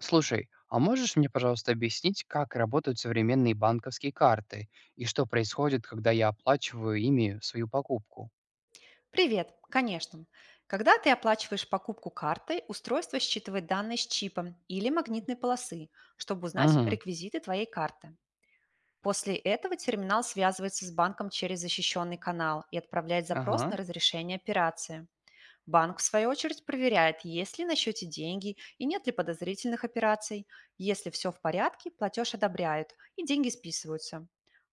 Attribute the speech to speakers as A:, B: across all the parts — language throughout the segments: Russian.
A: Слушай, а можешь мне, пожалуйста, объяснить, как работают современные банковские карты и что происходит, когда я оплачиваю ими свою покупку?
B: Привет, конечно. Когда ты оплачиваешь покупку картой, устройство считывает данные с чипом или магнитной полосы, чтобы узнать
A: Угу.
B: реквизиты твоей карты. После этого терминал связывается с банком через защищенный канал и отправляет запрос
A: Ага,
B: на разрешение операции. Банк, в свою очередь, проверяет, есть ли на счете деньги и нет ли подозрительных операций. Если все в порядке, платеж одобряют и деньги списываются.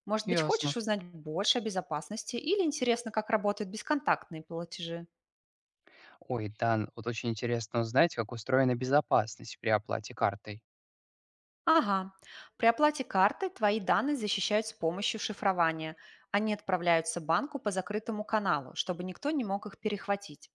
B: Может быть,
A: ясно.
B: хочешь узнать больше о безопасности или интересно, как работают бесконтактные платежи?
A: Ой, да, вот очень интересно узнать, как устроена безопасность при оплате картой.
B: Ага. При оплате картой твои данные защищают с помощью шифрования. Они отправляются банку по закрытому каналу, чтобы никто не мог их перехватить.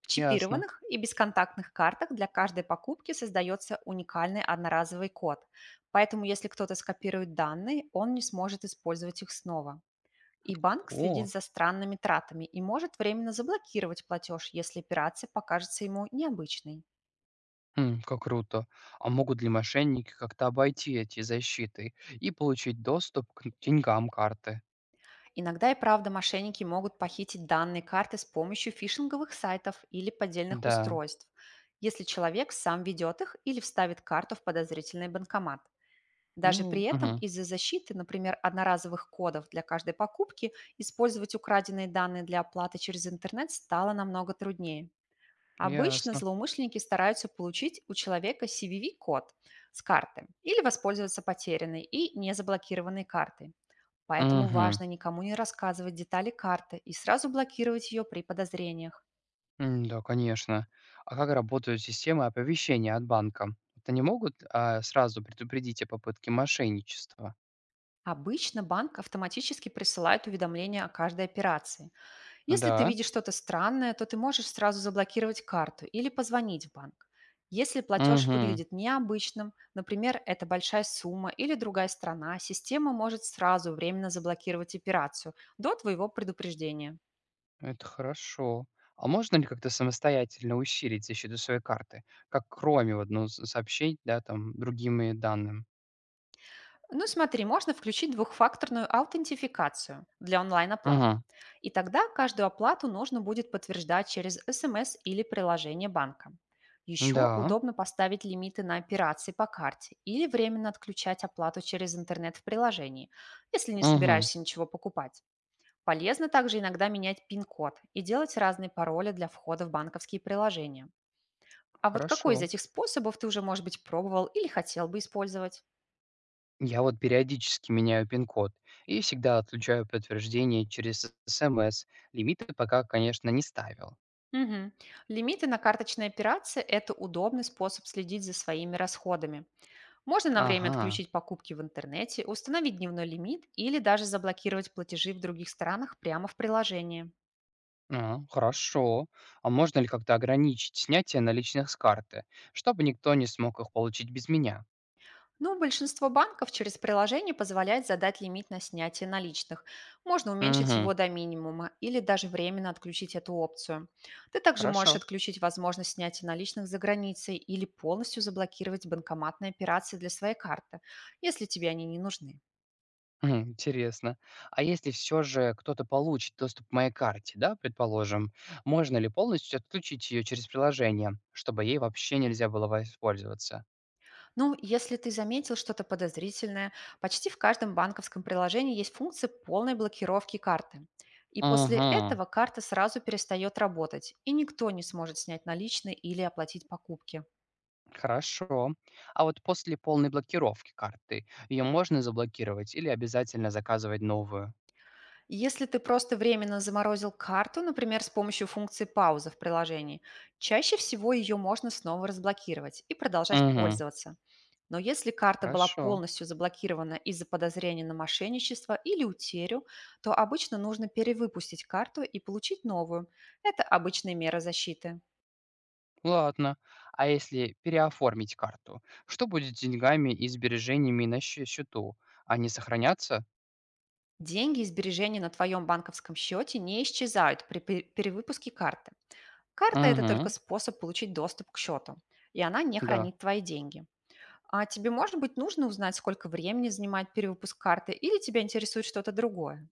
B: В
A: Ясно.
B: чипированных и бесконтактных картах для каждой покупки создается уникальный одноразовый код. Поэтому если кто-то скопирует данные, он не сможет использовать их снова. И банк
A: О,
B: следит за странными тратами и может временно заблокировать платеж, если операция покажется ему необычной.
A: как круто. А могут ли мошенники как-то обойти эти защиты и получить доступ к деньгам карты?
B: Иногда и правда мошенники могут похитить данные карты с помощью фишинговых сайтов или поддельных
A: Да.
B: устройств, если человек сам ведет их или вставит карту в подозрительный банкомат. Даже
A: Ну,
B: при этом
A: угу.
B: из-за защиты, например, одноразовых кодов для каждой покупки, использовать украденные данные для оплаты через интернет стало намного труднее. Обычно
A: Ясно.
B: злоумышленники стараются получить у человека CVV-код с карты или воспользоваться потерянной и незаблокированной картой. Поэтому
A: Угу.
B: важно никому не рассказывать детали карты и сразу блокировать ее при подозрениях.
A: Да, конечно. А как работают системы оповещения от банка? Вот они могут, сразу предупредить о попытке мошенничества?
B: Обычно банк автоматически присылает уведомления о каждой операции. Если ты
A: Да?
B: видишь что-то странное, то ты можешь сразу заблокировать карту или позвонить в банк. Если платеж
A: Угу.
B: выглядит необычным, например, это большая сумма или другая страна, система может сразу временно заблокировать операцию до твоего предупреждения.
A: Это хорошо. А можно ли как-то самостоятельно усилить защиту своей карты? Как кроме вот, сообщить, да, там, другими данным?
B: Ну смотри, можно включить двухфакторную аутентификацию для онлайн-оплат.
A: Угу.
B: И тогда каждую оплату нужно будет подтверждать через СМС или приложение банка. Еще
A: Да.
B: удобно поставить лимиты на операции по карте или временно отключать оплату через интернет в приложении, если не
A: Угу.
B: собираешься ничего покупать. Полезно также иногда менять пин-код и делать разные пароли для входа в банковские приложения. А вот какой из
A: Хорошо.
B: этих способов ты уже, может быть, пробовал или хотел бы использовать?
A: Я вот периодически меняю пин-код и всегда отключаю подтверждение через СМС. Лимиты пока, конечно, не ставил.
B: Мгм. Лимиты на карточные операции — это удобный способ следить за своими расходами. Можно на время
A: Ага.
B: отключить покупки в интернете, установить дневной лимит или даже заблокировать платежи в других странах прямо в приложении.
A: А, хорошо. А можно ли как-то ограничить снятие наличных с карты, чтобы никто не смог их получить без меня?
B: Но большинство банков через приложение позволяет задать лимит на снятие наличных. Можно уменьшить
A: Угу,
B: его до минимума или даже временно отключить эту опцию. Ты также можешь
A: хорошо.
B: отключить возможность снятия наличных за границей или полностью заблокировать банкоматные операции для своей карты, если тебе они не нужны.
A: Хм, интересно. А если все же кто-то получит доступ к моей карте, да, предположим, можно ли полностью отключить ее через приложение, чтобы ей вообще нельзя было воспользоваться?
B: Ну, если ты заметил что-то подозрительное, почти в каждом банковском приложении есть функция полной блокировки карты. И после
A: Угу,
B: этого карта сразу перестает работать, и никто не сможет снять наличные или оплатить покупки.
A: хорошо. А вот после полной блокировки карты ее можно заблокировать или обязательно заказывать новую?
B: Если ты просто временно заморозил карту, например, с помощью функции пауза в приложении, чаще всего ее можно снова разблокировать и продолжать
A: Угу,
B: пользоваться. Но если карта была
A: хорошо.
B: полностью заблокирована из-за подозрения на мошенничество или утерю, то обычно нужно перевыпустить карту и получить новую. Это обычная мера защиты.
A: Ладно. А если переоформить карту, что будет с деньгами и сбережениями на счету? Они сохранятся?
B: Деньги и сбережения на твоем банковском счете не исчезают при перевыпуске карты. Карта — это только
A: Угу,
B: способ получить доступ к счету, и она не
A: да.
B: хранит твои деньги. А тебе, может быть, нужно узнать, сколько времени занимает перевыпуск карты, или тебя интересует что-то другое?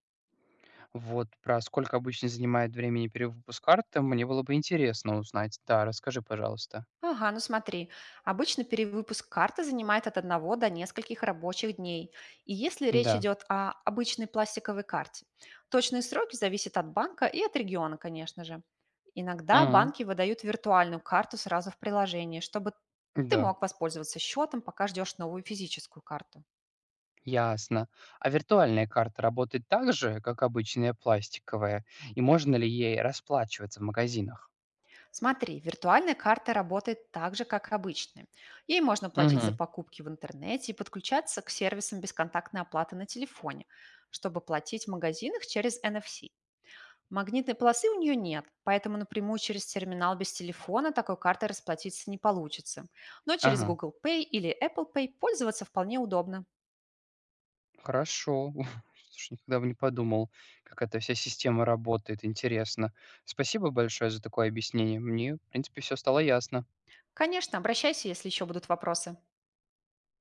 A: Вот про сколько обычно занимает времени перевыпуск карты, мне было бы интересно узнать. Да, расскажи, пожалуйста.
B: Ага, ну смотри, обычно перевыпуск карты занимает от одного до нескольких рабочих дней. И если речь
A: Да.
B: идет о обычной пластиковой карте, точные сроки зависят от банка и от региона, конечно же. Иногда
A: Угу,
B: банки выдают виртуальную карту сразу в приложении, чтобы ты
A: да.
B: мог воспользоваться счетом, пока ждешь новую физическую карту.
A: Ясно. А виртуальная карта работает так же, как обычная пластиковая? И можно ли ей расплачиваться в магазинах?
B: Смотри, виртуальная карта работает так же, как обычная. Ей можно платить за
A: Угу,
B: покупки в интернете и подключаться к сервисам бесконтактной оплаты на телефоне, чтобы платить в магазинах через NFC. Магнитной полосы у нее нет, поэтому напрямую через терминал без телефона такой картой расплатиться не получится. Но через
A: ага.
B: Google Pay или Apple Pay пользоваться вполне удобно.
A: Хорошо. Слушай, никогда бы не подумал, как эта вся система работает. Интересно. Спасибо большое за такое объяснение. Мне, в принципе, все стало ясно.
B: Конечно, обращайся, если еще будут вопросы.